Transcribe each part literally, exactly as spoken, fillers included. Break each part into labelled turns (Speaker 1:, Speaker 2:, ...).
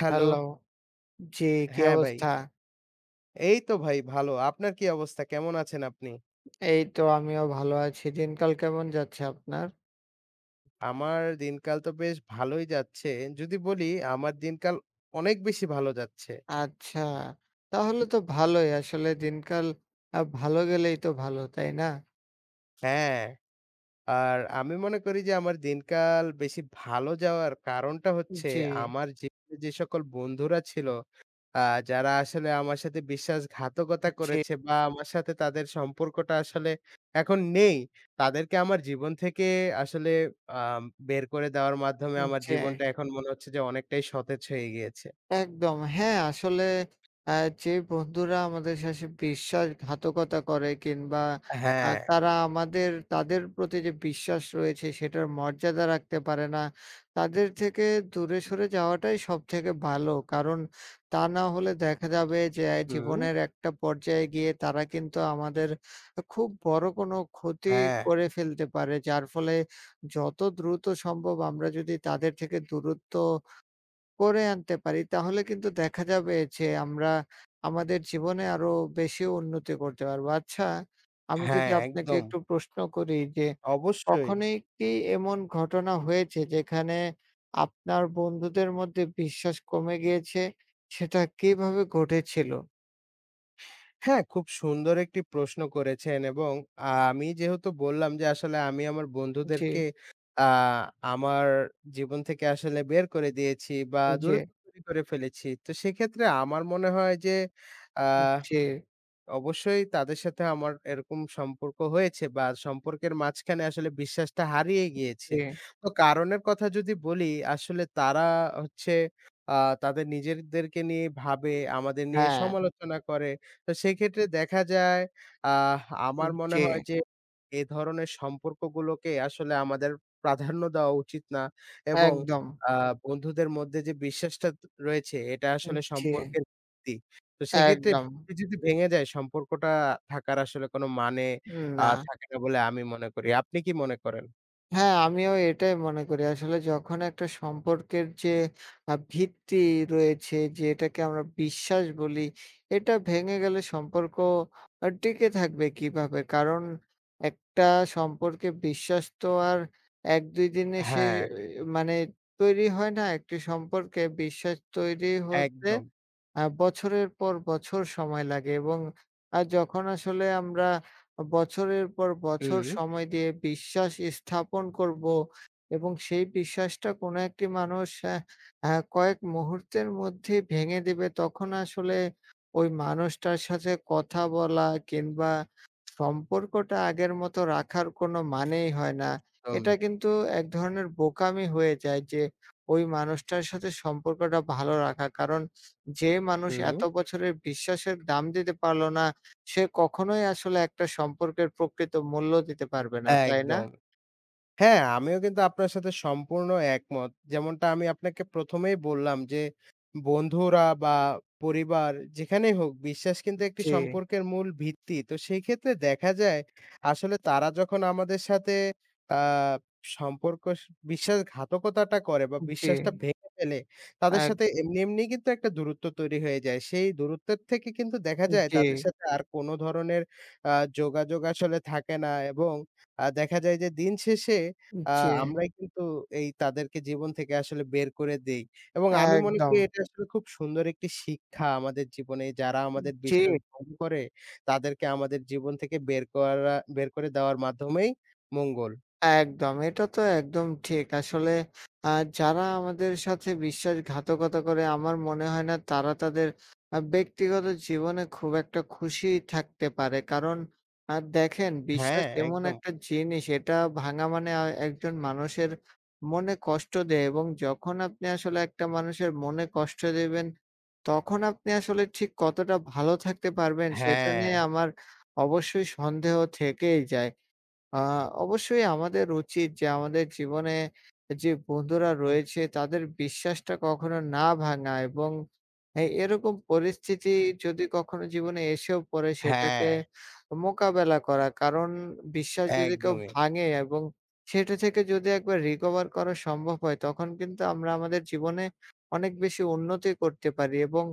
Speaker 1: Hello.
Speaker 2: Hello, জি, কি
Speaker 1: হ্যাঁ, ভাই।
Speaker 2: অবস্থা?
Speaker 1: এই তো ভাই ভালো। আপনার কি অবস্থা? কেমন আছেন আপনি?
Speaker 2: এই তো আমিও ভালো আছি। দিনকাল কেমন যাচ্ছে আপনার?
Speaker 1: আমার দিনকাল তো বেশ ভালোই যাচ্ছে। যদি বলি আমার দিনকাল অনেক বেশি ভালো যাচ্ছে।
Speaker 2: আচ্ছা, তাহলে তো ভালোই। আসলে দিনকাল আ ভালো গেলেই তো ভালো, তাই না?
Speaker 1: হ্যাঁ। আর আমি মনে করি যে আমার দিনকাল বেশি ভালো যাওয়ার কারণটা হচ্ছে
Speaker 2: জি,
Speaker 1: আমার জীবনে যে সকল বন্ধুরা ছিল, আ যারা আসলে আমার সাথে বিশ্বাসঘাতকতা
Speaker 2: জি,
Speaker 1: করেছে বা আমার সাথে তাদের সম্পর্কটা আসলে এখন নেই। তাদেরকে আমার জীবন থেকে আসলে আম বের করে দেওয়ার মাধ্যমে আমার
Speaker 2: জি।
Speaker 1: জীবনটা এখন মনে হচ্ছে যে অনেকটাই সতেজ হয়ে গিয়েছে।
Speaker 2: একদম। হ্যাঁ, আসলে আ যে বন্ধুরা আমাদের সাথে বিশ্বাসঘাতকতা করে কিংবা আ
Speaker 1: হ্যাঁ,
Speaker 2: তারা আমাদের তাদের প্রতি যে বিশ্বাস রয়েছে সেটার মর্যাদা রাখতে পারে না। তাদের থেকে দূরে সরে যাওয়াটাই সবথেকে ভালো। কারণ তা না হলে দেখা যাবে যে
Speaker 1: হুম,
Speaker 2: জীবনের একটা পর্যায়ে গিয়ে তারা কিন্তু আমাদের খুব বড় কোনো ক্ষতি
Speaker 1: হ্যাঁ,
Speaker 2: করে ফেলতে পারে। যার ফলে যত দ্রুত সম্ভব আমরা যদি তাদের থেকে দূরত্ব করে আনতে পারি তাহলে কিন্তু দেখা যাবে যে আমরা আমাদের জীবনে আরো বেশি উন্নতি করতে পারবো। আচ্ছা, আমি
Speaker 1: হ্যাঁ,
Speaker 2: যদি আপনাকে
Speaker 1: একদম।
Speaker 2: একটু প্রশ্ন করি যে
Speaker 1: অবশ্যই।
Speaker 2: কখনোই কি এমন ঘটনা হয়েছে যেখানে আপনার বন্ধুদের মধ্যে বিশ্বাস কমে গিয়েছে? সেটা কিভাবে ঘটেছিল?
Speaker 1: হ্যাঁ, খুব সুন্দর একটি প্রশ্ন করেছেন এবং আ আমি যেহেতু বললাম যে আসলে আমি আমার
Speaker 2: জি,
Speaker 1: বন্ধুদেরকে আ আমার জীবন থেকে আসলে বের করে দিয়েছি বা
Speaker 2: জি,
Speaker 1: দূরত্ব তৈরি করে ফেলেছি। তো সেক্ষেত্রে আমার মনে হয় যে আ
Speaker 2: জি,
Speaker 1: অবশ্যই তাদের সাথে আমার এরকম সম্পর্ক হয়েছে বা সম্পর্কের মাঝখানে আসলে বিশ্বাসটা হারিয়ে গিয়েছে।
Speaker 2: জি,
Speaker 1: তো কারণের কথা যদি বলি, আসলে তারা হচ্ছে আ তাদের নিজেদেরকে নিয়ে ভাবে, আমাদের নিয়ে
Speaker 2: হ্যাঁ,
Speaker 1: সমালোচনা করে। তো সেক্ষেত্রে দেখা যায় আহ আমার মনে
Speaker 2: জি,
Speaker 1: হয় যে এ ধরনের সম্পর্কগুলোকে আসলে আমাদের প্রাধান্য দেওয়া উচিত না এবং
Speaker 2: একদম,
Speaker 1: আ বন্ধুদের মধ্যে যে বিশ্বাসটা ত রয়েছে এটা আসলে
Speaker 2: জি,
Speaker 1: সম্পর্কের ভিত্তি। তো সেক্ষেত্রে
Speaker 2: একদম,
Speaker 1: এ যদি ভেঙে যায় সম্পর্কটা থাকার আসলে কোনো মানে আ
Speaker 2: না।
Speaker 1: থাকে না বলে আমি মনে করি। আপনি কি মনে করেন?
Speaker 2: হ্যাঁ, আমিও এটাই মনে করি। আসলে যখন একটা সম্পর্কের যে আ ভিত্তি রয়েছে, যেটাকে আমরা বিশ্বাস বলি, এটা ভেঙে গেলে সম্পর্ক আ টিকে থাকবে কিভাবে? কারণ একটা সম্পর্কে বিশ্বাস তো আর এক দুই দিনে সে
Speaker 1: হ্যাঁ,
Speaker 2: আহ, মানে তৈরি হয় না। একটি সম্পর্কে বিশ্বাস তৈরি হতে
Speaker 1: একদম।
Speaker 2: আ বছরের পর বছর সময় লাগে এবং আ যখন আসলে আমরা বছরের পর বছর
Speaker 1: হুম,
Speaker 2: সময় দিয়ে বিশ্বাস স্থাপন করব এবং সেই বিশ্বাসটা কোনো একটি মানুষ আ আ কয়েক মুহূর্তের মধ্যেই ভেঙে দেবে, তখন আসলে ওই মানুষটার সাথে কথা বলা কিংবা সম্পর্কটা আগের মতো রাখার কোনো মানেই হয় না। এটা
Speaker 1: একদমই।
Speaker 2: কিন্তু এক ধরনের বোকামি হয়ে যায় যে, ওই মানুষটার সাথে সম্পর্কটা ভালো রাখা। কারণ যে মানুষ
Speaker 1: হুম,
Speaker 2: এত বছরের বিশ্বাসের দাম দিতে পারল না, সে কখনোই আসলে একটা সম্পর্কের প্রকৃত মূল্য দিতে পারবে না, তাই না?
Speaker 1: একদম। হ্যাঁ, আমিও কিন্তু আপনার সাথে সম্পূর্ণ একমত। যেমনটা আমি আপনাকে প্রথম এই বললাম যে, বন্ধুরা বা পরিবার যেখানেই হোক, বিশ্বাস কিন্তু একটি
Speaker 2: জি,
Speaker 1: সম্পর্কের মূল ভিত্তি। তো সেই ক্ষেত্রে দেখা যায় আসলে তারা যখন আমাদের সাথে আ সম্পর্ক স বিশ্বাসঘাতকতাটা করে বা
Speaker 2: জি,
Speaker 1: বিশ্বাসটা ভেঙে ফেলে, তাদের
Speaker 2: এক
Speaker 1: সাথে এমনি, এমনি কিন্তু একটা দূরত্ব তৈরি হয়ে যায়। সেই দূরত্বের থেকে কিন্তু দেখা যায়
Speaker 2: জি,
Speaker 1: তাদের সাথে আর কোনো ধরনের আ যোগাযোগ আসলে থাকে না এবং আ দেখা যায় যে দিন শেষে আ
Speaker 2: জি,
Speaker 1: আমরাই কিন্তু এই তাদেরকে জীবন থেকে আসলে বের করে দেই এবং আমি মনে করি
Speaker 2: একদম।
Speaker 1: এটা আসলে খুব সুন্দর একটি শিক্ষা আমাদের জীবনে। যারা আমাদের
Speaker 2: জি।
Speaker 1: বিশ্বাস ভঙ্গ করে তাদেরকে আমাদের জীবন থেকে বের করা বের করে দেওয়ার মাধ্যমেই মঙ্গল।
Speaker 2: একদম। এটা তো একদম ঠিক। আসলে আ যারা আমাদের সাথে বিশ্বাসঘাতকতা করে আমার মনে হয় না তারা তাদের আ ব্যক্তিগত জীবনে খুব একটা খুশি থাকতে পারে। কারণ আ দেখেন বিশ্বাস
Speaker 1: হ্যাঁ,
Speaker 2: এমন
Speaker 1: একদম।
Speaker 2: একটা জিনিস এটা ভাঙা মানে আ একজন মানুষের মনে কষ্ট দেয় এবং যখন আপনি আসলে একটা মানুষের মনে কষ্ট দেবেন, তখন আপনি আসলে ঠিক কতটা ভালো থাকতে পারবেন সেটা
Speaker 1: হ্যাঁ,
Speaker 2: নিয়ে আমার অবশ্যই সন্দেহ থেকেই যায়। আ অবশ্যই আমাদের উচিত যে আমাদের জীবনে যে বন্ধুরা
Speaker 1: হুম,
Speaker 2: রয়েছে তাদের বিশ্বাসটা কখনো না ভাঙা এবং এ এরকম পরিস্থিতি যদি কখনো জীবনে এসেও পড়ে
Speaker 1: হ্যাঁ,
Speaker 2: সেটাকে মোকাবেলা করা। কারণ বিশ্বাস যদি কেউ
Speaker 1: একদমই।
Speaker 2: ভাঙে এবং সেটা থেকে যদি একবার রিকভার করা সম্ভব হয় তখন কিন্তু আমরা আমাদের জীবনে অনেক বেশি উন্নতি করতে পারি এবং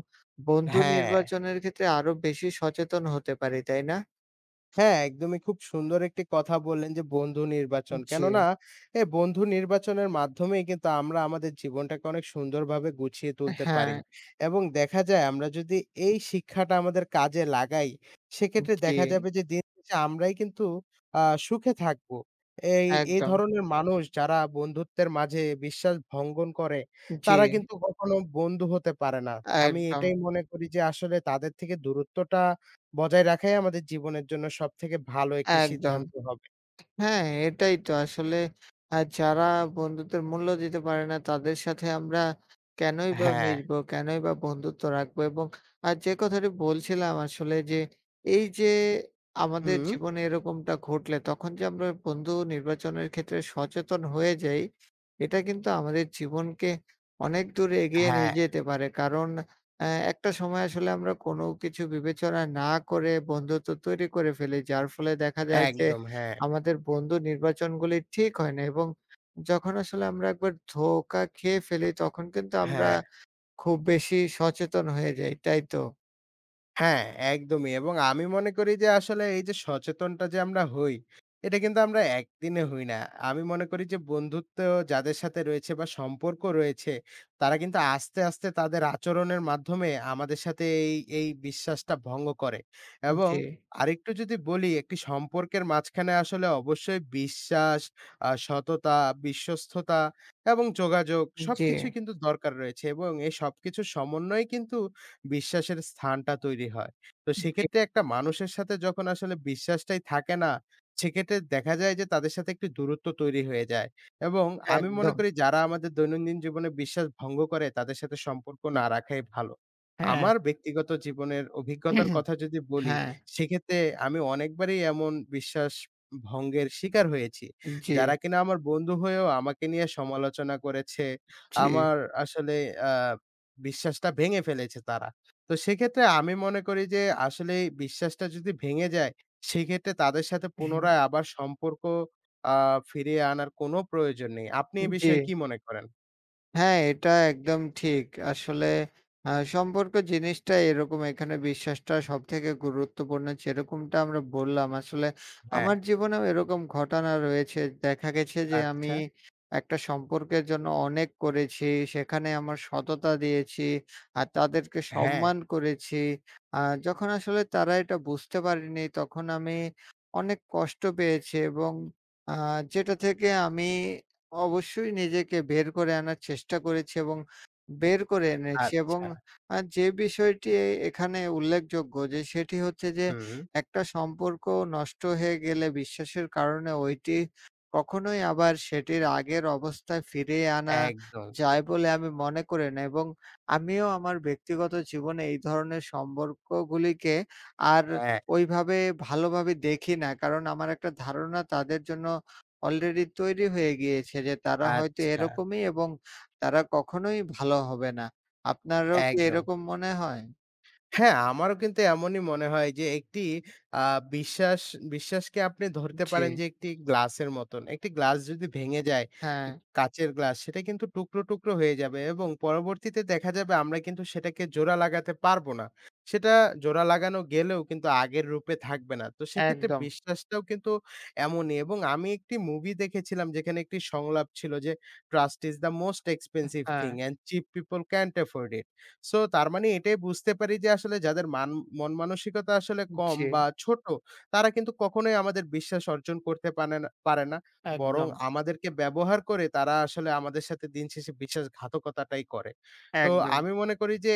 Speaker 2: বন্ধু
Speaker 1: হ্যাঁ।
Speaker 2: নির্বাচনের ক্ষেত্রে আরো বেশি সচেতন হতে পারি, তাই না?
Speaker 1: হ্যাঁ, একদমই খুব সুন্দর একটি কথা বললেন যে বন্ধু নির্বাচন।
Speaker 2: জি।
Speaker 1: কেননা এ বন্ধু নির্বাচনের মাধ্যমেই কিন্তু আমরা আমাদের জীবনটাকে অনেক সুন্দরভাবে গুছিয়ে তুলতে
Speaker 2: হ্যাঁ,
Speaker 1: পারি। এবং দেখা যায় আমরা যদি এই শিক্ষাটা আমাদের কাজে লাগাই, সেক্ষেত্রে
Speaker 2: জি।
Speaker 1: দেখা যাবে যে দিন শেষে আমরাই কিন্তু আ সুখে থাকবো। এই, এই
Speaker 2: একদম।
Speaker 1: ধরনের মানুষ যারা বন্ধুত্বের মাঝে বিশ্বাস ভঙ্গন করে,
Speaker 2: জি,
Speaker 1: তারা কিন্তু কখনো বন্ধু হতে পারে না। আমি
Speaker 2: একদম,
Speaker 1: এটাই মনে করি যে আসলে তাদের থেকে দূরত্বটা বজায় রাখাই আমাদের জীবনের জন্য সবথেকে ভালো একটি
Speaker 2: একদম।
Speaker 1: সিদ্ধান্ত হবে।
Speaker 2: হ্যাঁ, এটাই তো আসলে আ যারা বন্ধুত্বের মূল্য দিতে পারে না তাদের সাথে আমরা কেনই বা
Speaker 1: হ্যাঁ।
Speaker 2: মিশবো, কেনই বা বন্ধুত্ব রাখবো এবং আ যে কথাটি বলছিলাম আসলে যে এই যে আমাদের
Speaker 1: হুম।
Speaker 2: জীবনে এরকমটা ঘটলে তখন যে আমরা বন্ধু নির্বাচনের ক্ষেত্রে সচেতন হয়ে যাই, এটা কিন্তু আমাদের জীবনকে অনেক দূর এগিয়ে নিয়ে
Speaker 1: হ্যাঁ,
Speaker 2: যেতে পারে। কারণ অ্যা একটা সময় আসলে আমরা কোনো কিছু বিবেচনা না করে বন্ধুত্ব তৈরি করে ফেলি। যার ফলে দেখা যায় যে
Speaker 1: একদম। হ্যাঁ,
Speaker 2: আমাদের বন্ধু নির্বাচনগুলি ঠিক হয় না এবং যখন আসলে আমরা একবার ধোঁকা খেয়ে ফেলি তখন কিন্তু আমরা
Speaker 1: হ্যাঁ।
Speaker 2: খুব বেশি সচেতন হয়ে যাই। তাই তো?
Speaker 1: হ্যাঁ, একদমই এবং আমি মনে করি যে আসলে এই যে সচেতনটা যে আমরা হই, এটা কিন্তু আমরা একদিনে হই না। আমি মনে করি যে বন্ধুত্ব যাদের সাথে রয়েছে বা সম্পর্ক রয়েছে, তারা কিন্তু আস্তে, আস্তে তাদের আচরণের মাধ্যমে আমাদের সাথে এই, এই বিশ্বাসটা ভঙ্গ করে এবং
Speaker 2: জি,
Speaker 1: আরেকটু যদি বলি একটি সম্পর্কের মাঝখানে আসলে অবশ্যই বিশ্বাস, আ সততা, বিশ্বস্ততা এবং যোগাযোগ
Speaker 2: জি,
Speaker 1: সবকিছুই কিন্তু দরকার রয়েছে এবং এই সবকিছুর সমন্বয়ে কিন্তু বিশ্বাসের স্থানটা তৈরি হয়। তো
Speaker 2: জি,
Speaker 1: সেক্ষেত্রে একটা মানুষের সাথে যখন আসলে বিশ্বাসটাই থাকে না, সেক্ষেত্রে দেখা যায় যে তাদের সাথে একটু দূরত্ব তৈরি হয়ে যায় এবং আমি মনে
Speaker 2: একদম।
Speaker 1: করি যারা আমাদের দৈনন্দিন জীবনে বিশ্বাস ভঙ্গ করে তাদের সাথে সম্পর্ক না রাখাই ভালো।
Speaker 2: হ্যাঁ,
Speaker 1: আমার ব্যক্তিগত জীবনের অভিজ্ঞতার কথা যদি বলি,
Speaker 2: হ্যাঁ,
Speaker 1: সেক্ষেত্রে আমি অনেকবারই এমন বিশ্বাস ভঙ্গের শিকার হয়েছি।
Speaker 2: জি,
Speaker 1: যারা কিনা আমার বন্ধু হয়েও আমাকে নিয়ে সমালোচনা করেছে।
Speaker 2: জি,
Speaker 1: আমার আসলে আ বিশ্বাসটা ভেঙে ফেলেছে তারা। তো সেক্ষেত্রে আমি মনে করি যে আসলে এই বিশ্বাসটা যদি ভেঙে যায়, সেক্ষেত্রে তাদের সাথে পুনরায় আবার সম্পর্ক আ ফিরিয়ে আনার কোনো প্রয়োজন নেই। আপনি এ
Speaker 2: জি।
Speaker 1: বিষয়ে কি মনে করেন?
Speaker 2: হ্যাঁ, এটা একদম ঠিক। আসলে আ সম্পর্ক জিনিসটা এরকম এখানে বিশ্বাসটা সবথেকে গুরুত্বপূর্ণ যেরকমটা আমরা বললাম। আসলে
Speaker 1: হ্যাঁ,
Speaker 2: আমার জীবনেও এরকম ঘটনা রয়েছে। দেখা গেছে যে আমি
Speaker 1: আচ্ছা।
Speaker 2: একটা সম্পর্কের জন্য অনেক করেছি। সেখানে আমার সততা দিয়েছি। আর তাদেরকে
Speaker 1: হ্যাঁ,
Speaker 2: সম্মান করেছি। আ যখন আসলে তারা এটা বুঝতে পারেনি তখন আমি অনেক কষ্ট পেয়েছি এবং আ যেটা থেকে আমি অবশ্যই নিজেকে বের করে আনার চেষ্টা করেছি এবং বের করে এনেছি এবং
Speaker 1: আচ্ছা।
Speaker 2: আ যে বিষয়টি এ- এখানে উল্লেখযোগ্য যে সেটি হচ্ছে যে
Speaker 1: হুম,
Speaker 2: একটা সম্পর্ক নষ্ট হয়ে গেলে বিশ্বাসের কারণে ওইটি কখনোই আবার সেটির আগের অবস্থায় ফিরিয়ে আনা
Speaker 1: একদম।
Speaker 2: যায় বলে আমি মনে করি না এবং আমিও আমার ব্যক্তিগত জীবনে এই ধরনের সম্পর্কগুলিকে আর
Speaker 1: হ্যাঁ,
Speaker 2: ওইভাবে ভালোভাবে দেখি না। কারণ আমার একটা ধারণা তাদের জন্য অলরেডি তৈরি হয়ে গিয়েছে যে তারা হয়তো
Speaker 1: আচ্ছা।
Speaker 2: এরকমই এবং তারা কখনোই ভালো হবে না। আপনারও কি
Speaker 1: একদম।
Speaker 2: এরকম মনে হয়?
Speaker 1: হ্যাঁ, আমারও কিন্তু এমনই মনে হয় যে একটি আ বিশ্বাস বিশ্বাসকে আপনি ধরতে
Speaker 2: জি,
Speaker 1: পারেন যে একটি গ্লাসের মতন। একটি গ্লাস যদি ভেঙে যায়,
Speaker 2: হ্যাঁ,
Speaker 1: কাচের গ্লাস সেটা কিন্তু টুকরো, টুকরো হয়ে যাবে এবং পরবর্তীতে দেখা যাবে আমরা কিন্তু সেটাকে জোড়া লাগাতে পারব না। সেটা জোড়া লাগানো গেলেও কিন্তু আগের রূপে থাকবে না। তো সেক্ষেত্রে
Speaker 2: একদম।
Speaker 1: বিশ্বাসটাও কিন্তু এমনই এবং আমি একটি মুভি দেখেছিলাম যেখানে একটি সংলাপ ছিল যে, "Trust is the most expensive
Speaker 2: হ্যাঁ,
Speaker 1: thing and cheap people can't afford it." So তার মানে এটাই বুঝতে পারি যে আসলে যাদের মান মন মানসিকতা আসলে কম
Speaker 2: জি,
Speaker 1: বা ছোট, তারা কিন্তু কখনোই আমাদের বিশ্বাস অর্জন করতে পানে না পারে না। বরং
Speaker 2: একদম,
Speaker 1: আমাদেরকে ব্যবহার করে তারা আসলে আমাদের সাথে দিন শেষে বিশ্বাসঘাতকতাটাই করে। তো
Speaker 2: একদম।
Speaker 1: আমি মনে করি যে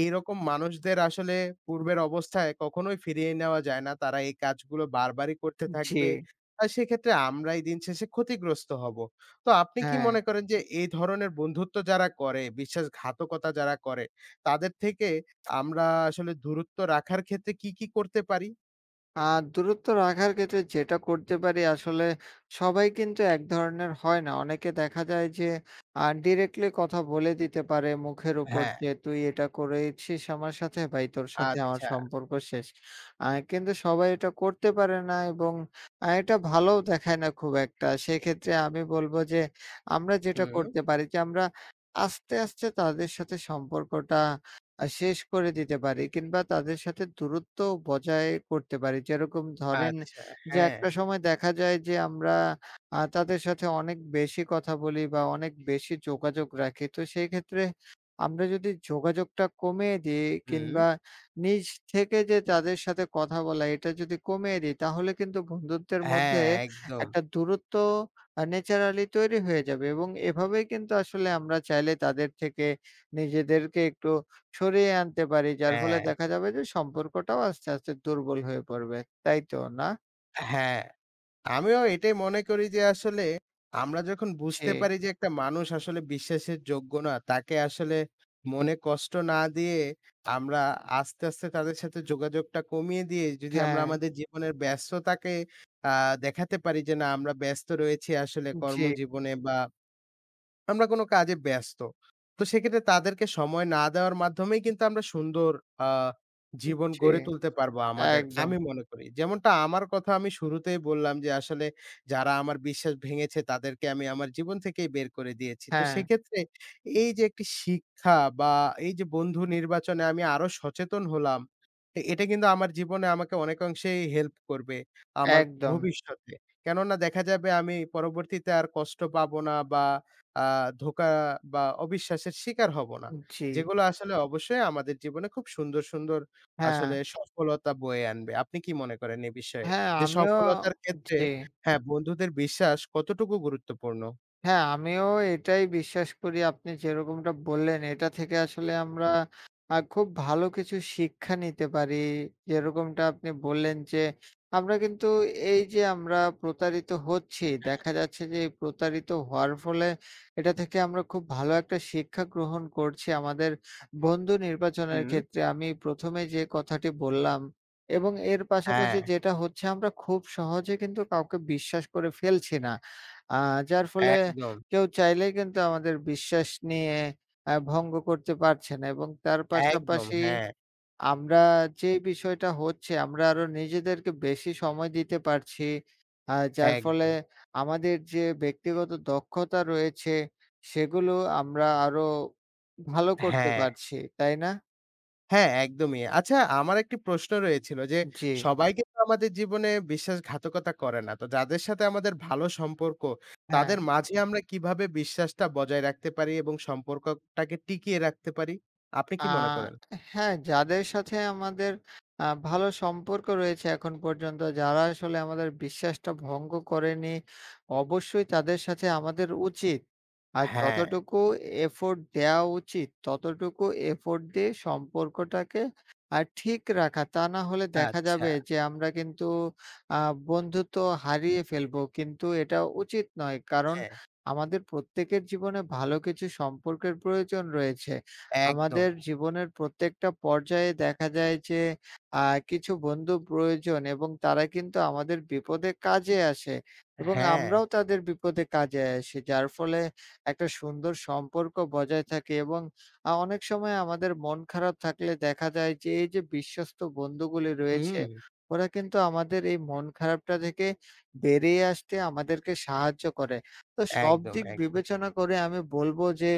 Speaker 1: এইরকম মানুষদের আসলে পূর্বের অবস্থায় কখনোই ফিরিয়ে নেওয়া যায় না। তারা এই কাজগুলো বারবারই করতে
Speaker 2: জি,
Speaker 1: থাকবে। আর সেক্ষেত্রে আমরাই দিন শেষে ক্ষতিগ্রস্ত হব। তো আপনি কি
Speaker 2: হ্যাঁ।
Speaker 1: মনে করেন যে এই ধরনের বন্ধুত্ব যারা করে, বিশ্বাসঘাতকতা যারা করে তাদের থেকে আমরা আসলে দূরত্ব রাখার ক্ষেত্রে কি, কি করতে পারি?
Speaker 2: আ দূরত্ব রাখার ক্ষেত্রে যেটা করতে পারি আসলে সবাই কিন্তু এক ধরনের হয় না। অনেকে দেখা যায় যে আ ডিরেক্টলি কথা বলে দিতে পারে মুখের উপর
Speaker 1: হ্যাঁ,
Speaker 2: যে, "তুই এটা করেছিস আমার সাথে ভাই তোর সাথে আমার
Speaker 1: আচ্ছা,
Speaker 2: সম্পর্ক শেষ।" আ কিন্তু সবাই এটা করতে পারে না এবং আ এটা ভালোও দেখায় না খুব একটা। সেক্ষেত্রে আমি বলব যে আমরা যেটা
Speaker 1: হুম,
Speaker 2: করতে পারি যে আমরা আস্তে, আস্তে তাদের সাথে সম্পর্কটা আ শেষ করে দিতে পারি কিংবা তাদের সাথে দূরত্ব বজায় করতে পারি। যেরকম ধরেন
Speaker 1: আচ্ছা,
Speaker 2: যে
Speaker 1: হ্যাঁ,
Speaker 2: একটা সময় দেখা যায় যে আমরা আ তাদের সাথে অনেক বেশি কথা বলি বা অনেক বেশি যোগাযোগ রাখি। তো সেই ক্ষেত্রে আমরা যদি যোগাযোগটা কমিয়ে দিই
Speaker 1: হুম,
Speaker 2: কিংবা নিজ থেকে যে তাদের সাথে কথা বলা এটা যদি কমিয়ে দিই তাহলে কিন্তু বন্ধুত্বের
Speaker 1: হ্যাঁ,
Speaker 2: মধ্যে
Speaker 1: একদম,
Speaker 2: একটা দূরত্ব আ ন্যাচারালি তৈরি হয়ে যাবে এবং এভাবেই কিন্তু আসলে আমরা চাইলে তাদের থেকে নিজেদেরকে একটু সরিয়ে আনতে পারি। যার ফলে
Speaker 1: হ্যাঁ,
Speaker 2: দেখা যাবে যে সম্পর্কটাও আস্তে, আস্তে দুর্বল হয়ে পড়বে। তাই তো, না?
Speaker 1: হ্যাঁ। আমিও এটাই মনে করি যে আসলে আমরা যখন
Speaker 2: জি।
Speaker 1: বুঝতে পারি যে একটা মানুষ আসলে বিশ্বাসের যোগ্য না, তাকে আসলে মনে কষ্ট না দিয়ে আমরা আস্তে, আস্তে তাদের সাথে যোগাযোগটা কমিয়ে দিয়ে যদি আমরা
Speaker 2: হ্যাঁ,
Speaker 1: আমাদের জীবনের ব্যস্ততাকে আ দেখাতে পারি যে না আমরা ব্যস্ত রয়েছি আসলে
Speaker 2: জি,
Speaker 1: কর্মজীবনে বা আমরা কোনো কাজে ব্যস্ত। তো সেক্ষেত্রে তাদেরকে সময় না দেওয়ার মাধ্যমেই কিন্তু আমরা সুন্দর আ জীবন
Speaker 2: জি।
Speaker 1: গড়ে তুলতে পারবো আমাদের।
Speaker 2: একদম।
Speaker 1: আমি মনে করি। যেমনটা আমার কথা আমি শুরুতেই বললাম যে আসলে যারা আমার বিশ্বাস ভেঙেছে তাদেরকে আমি আমার জীবন থেকেই বের করে দিয়েছি। তো
Speaker 2: হ্যাঁ,
Speaker 1: সেক্ষেত্রে এই যে একটি শিক্ষা বা এই যে বন্ধু নির্বাচনে আমি আরো সচেতন হলাম। এ এটা কিন্তু আমার জীবনে আমাকে অনেকাংশেই হেল্প করবে আমার
Speaker 2: একদম।
Speaker 1: ভবিষ্যতে। কেননা দেখা যাবে আমি পরবর্তীতে আর কষ্ট পাবো না বা আ ধোঁকা বা অবিশ্বাসের শিকার হব না।
Speaker 2: জি।
Speaker 1: যেগুলো আসলে অবশ্যই আমাদের জীবনে খুব সুন্দর, সুন্দর
Speaker 2: হ্যাঁ,
Speaker 1: আসলে সফলতা বয়ে আনবে। আপনি কি মনে করেন এ বিষয়ে?
Speaker 2: হ্যাঁ
Speaker 1: যে
Speaker 2: আমিও
Speaker 1: সফলতার ক্ষেত্রে
Speaker 2: জি।
Speaker 1: হ্যাঁ, বন্ধুদের বিশ্বাস কতটুকু গুরুত্বপূর্ণ?
Speaker 2: হ্যাঁ, আমিও এটাই বিশ্বাস করি। আপনি যেরকমটা বললেন, এটা থেকে আসলে আমরা আ খুব ভালো কিছু শিক্ষা নিতে পারি। যেরকমটা আপনি বললেন যে, আমরা কিন্তু এই যে আমরা প্রতারিত হচ্ছি, দেখা যাচ্ছে যে এই প্রতারিত হওয়ার ফলে এটা থেকে আমরা খুব ভালো একটা শিক্ষা গ্রহণ করছি আমাদের বন্ধু নির্বাচনের
Speaker 1: হুম।
Speaker 2: ক্ষেত্রে। আমি প্রথম এ যে কথাটি বললাম এবং এর
Speaker 1: হ্যাঁ,
Speaker 2: পাশাপাশি যেটা হচ্ছে আমরা খুব সহজে কিন্তু কাউকে বিশ্বাস করে ফেলছি না। আ যার ফলে
Speaker 1: একদম,
Speaker 2: কেউ চাইলেই কিন্তু আমাদের বিশ্বাস নিয়ে আ ভঙ্গ করতে পারছে না এবং তার
Speaker 1: একদম,
Speaker 2: পাশাপাশি
Speaker 1: হ্যাঁ,
Speaker 2: আমরা যে বিষয়টা হচ্ছে আমরা আরো নিজেদেরকে বেশি সময় দিতে পারছি। আ যার ফলে
Speaker 1: একদম,
Speaker 2: আমাদের যে ব্যক্তিগত দক্ষতা রয়েছে সেগুলো আমরা আরো ভালো করতে
Speaker 1: হ্যাঁ।
Speaker 2: পারছি। তাই না?
Speaker 1: হ্যাঁ, একদমই। আচ্ছা আমার একটি প্রশ্ন রয়েছিল যে,
Speaker 2: জি,
Speaker 1: সবাই কিন্তু আমাদের জীবনে বিশ্বাসঘাতকতা করে না। তো যাদের সাথে আমাদের ভালো সম্পর্ক,
Speaker 2: হ্যাঁ।
Speaker 1: তাদের মাঝে আমরা কিভাবে বিশ্বাসটা বজায় রাখতে পারি এবং সম্পর্কটাকে টিকিয়ে রাখতে পারি? আপনি
Speaker 2: আ
Speaker 1: কি মনে করেন?
Speaker 2: হ্যাঁ, যাদের সাথে আমাদের আ ভালো সম্পর্ক রয়েছে এখন পর্যন্ত, যারা আসলে আমাদের বিশ্বাসটা ভঙ্গ করেনি, অবশ্যই তাদের সাথে আমাদের উচিত আর
Speaker 1: হ্যাঁ,
Speaker 2: যতটুকু এফোর্ট দেওয়া উচিত, ততটুকু এফোর্ট দিয়ে সম্পর্কটাকে আ ঠিক রাখা। তা না হলে দেখা
Speaker 1: আচ্ছা।
Speaker 2: যাবে যে আমরা কিন্তু আ বন্ধুত্ব হারিয়ে ফেলবো। কিন্তু এটা উচিত নয়। কারণ
Speaker 1: হ্যাঁ,
Speaker 2: আমাদের প্রত্যেকের জীবনে ভালো কিছু সম্পর্কের প্রয়োজন রয়েছে।
Speaker 1: একদম।
Speaker 2: আমাদের জীবনের প্রত্যেকটা পর্যায়ে দেখা যায় যে আ কিছু বন্ধু প্রয়োজন এবং তারা কিন্তু আমাদের বিপদে কাজে আসে এবং
Speaker 1: হ্যাঁ,
Speaker 2: আমরাও তাদের বিপদে কাজে আসি। যার ফলে একটা সুন্দর সম্পর্ক বজায় থাকে এবং আ অনেক সময় আমাদের মন খারাপ থাকলে দেখা যায় যে এই যে বিশ্বস্ত বন্ধুগুলি
Speaker 1: হুম।
Speaker 2: রয়েছে, ওরা কিন্তু আমাদের এই মন খারাপটা থেকে বেরিয়ে আসতে আমাদেরকে সাহায্য করে। তো সব
Speaker 1: একদম,
Speaker 2: দিক
Speaker 1: একদম।
Speaker 2: বিবেচনা করে আমি বলব যে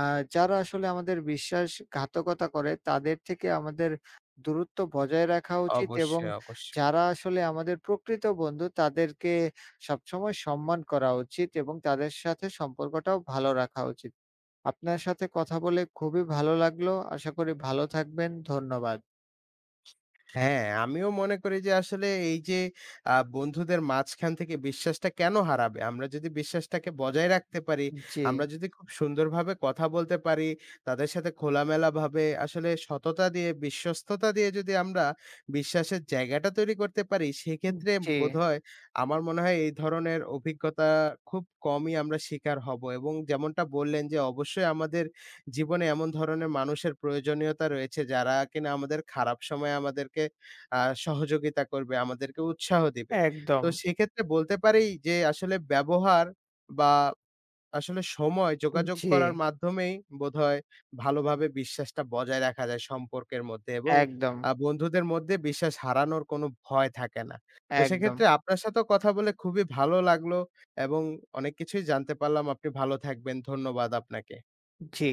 Speaker 2: আ যারা আসলে আমাদের বিশ্বাসঘাতকতা করে তাদের থেকে আমাদের দূরত্ব বজায় রাখা উচিত এবং
Speaker 1: অবশ্যই, অবশ্যই।
Speaker 2: যারা আসলে আমাদের প্রকৃত বন্ধু তাদেরকে সবসময় সম্মান করা উচিত এবং তাদের সাথে সম্পর্কটাও ভালো রাখা উচিত। আপনার সাথে কথা বলে খুবই ভালো লাগলো। আশা করি ভালো থাকবেন। ধন্যবাদ।
Speaker 1: হ্যাঁ, আমিও মনে করি যে আসলে এই যে আ বন্ধুদের মাঝখান থেকে বিশ্বাসটা কেন হারাবে? আমরা যদি বিশ্বাসটাকে বজায় রাখতে পারি,
Speaker 2: জি,
Speaker 1: আমরা যদি খুব সুন্দরভাবে কথা বলতে পারি, তাদের সাথে খোলামেলাভাবে আসলে সততা দিয়ে, বিশ্বস্ততা দিয়ে যদি আমরা বিশ্বাসের জায়গাটা তৈরি করতে পারি, সেক্ষেত্রে
Speaker 2: জি,
Speaker 1: বোধহয় আমার মনে হয় এই ধরনের অভিজ্ঞতা খুব কমই আমরা শিকার হব এবং যেমনটা বললেন যে অবশ্যই আমাদের জীবনে এমন ধরনের মানুষের প্রয়োজনীয়তা রয়েছে যারা কিনা আমাদের খারাপ সময়ে আমাদেরকে আ সহযোগিতা করবে, আমাদেরকে উৎসাহ দিবে। তো
Speaker 2: একদম।
Speaker 1: সেক্ষেত্রে বলতে পারি যে আসলে ব্যবহার বা আসলে সময় যোগাযোগ
Speaker 2: জি,
Speaker 1: করার মাধ্যমেই বোধহয় ভালোভাবে বিশ্বাসটা বজায় রাখা যায় সম্পর্কের মধ্যে এবং
Speaker 2: একদম,
Speaker 1: আ বন্ধুদের মধ্যে বিশ্বাস হারানোর কোনো ভয় থাকে না। তো
Speaker 2: একদম।
Speaker 1: সেক্ষেত্রে আপনার সাথেও কথা বলে খুবই ভালো লাগলো এবং অনেক কিছুই জানতে পারলাম। আপনি ভালো থাকবেন। ধন্যবাদ আপনাকে।
Speaker 2: জি।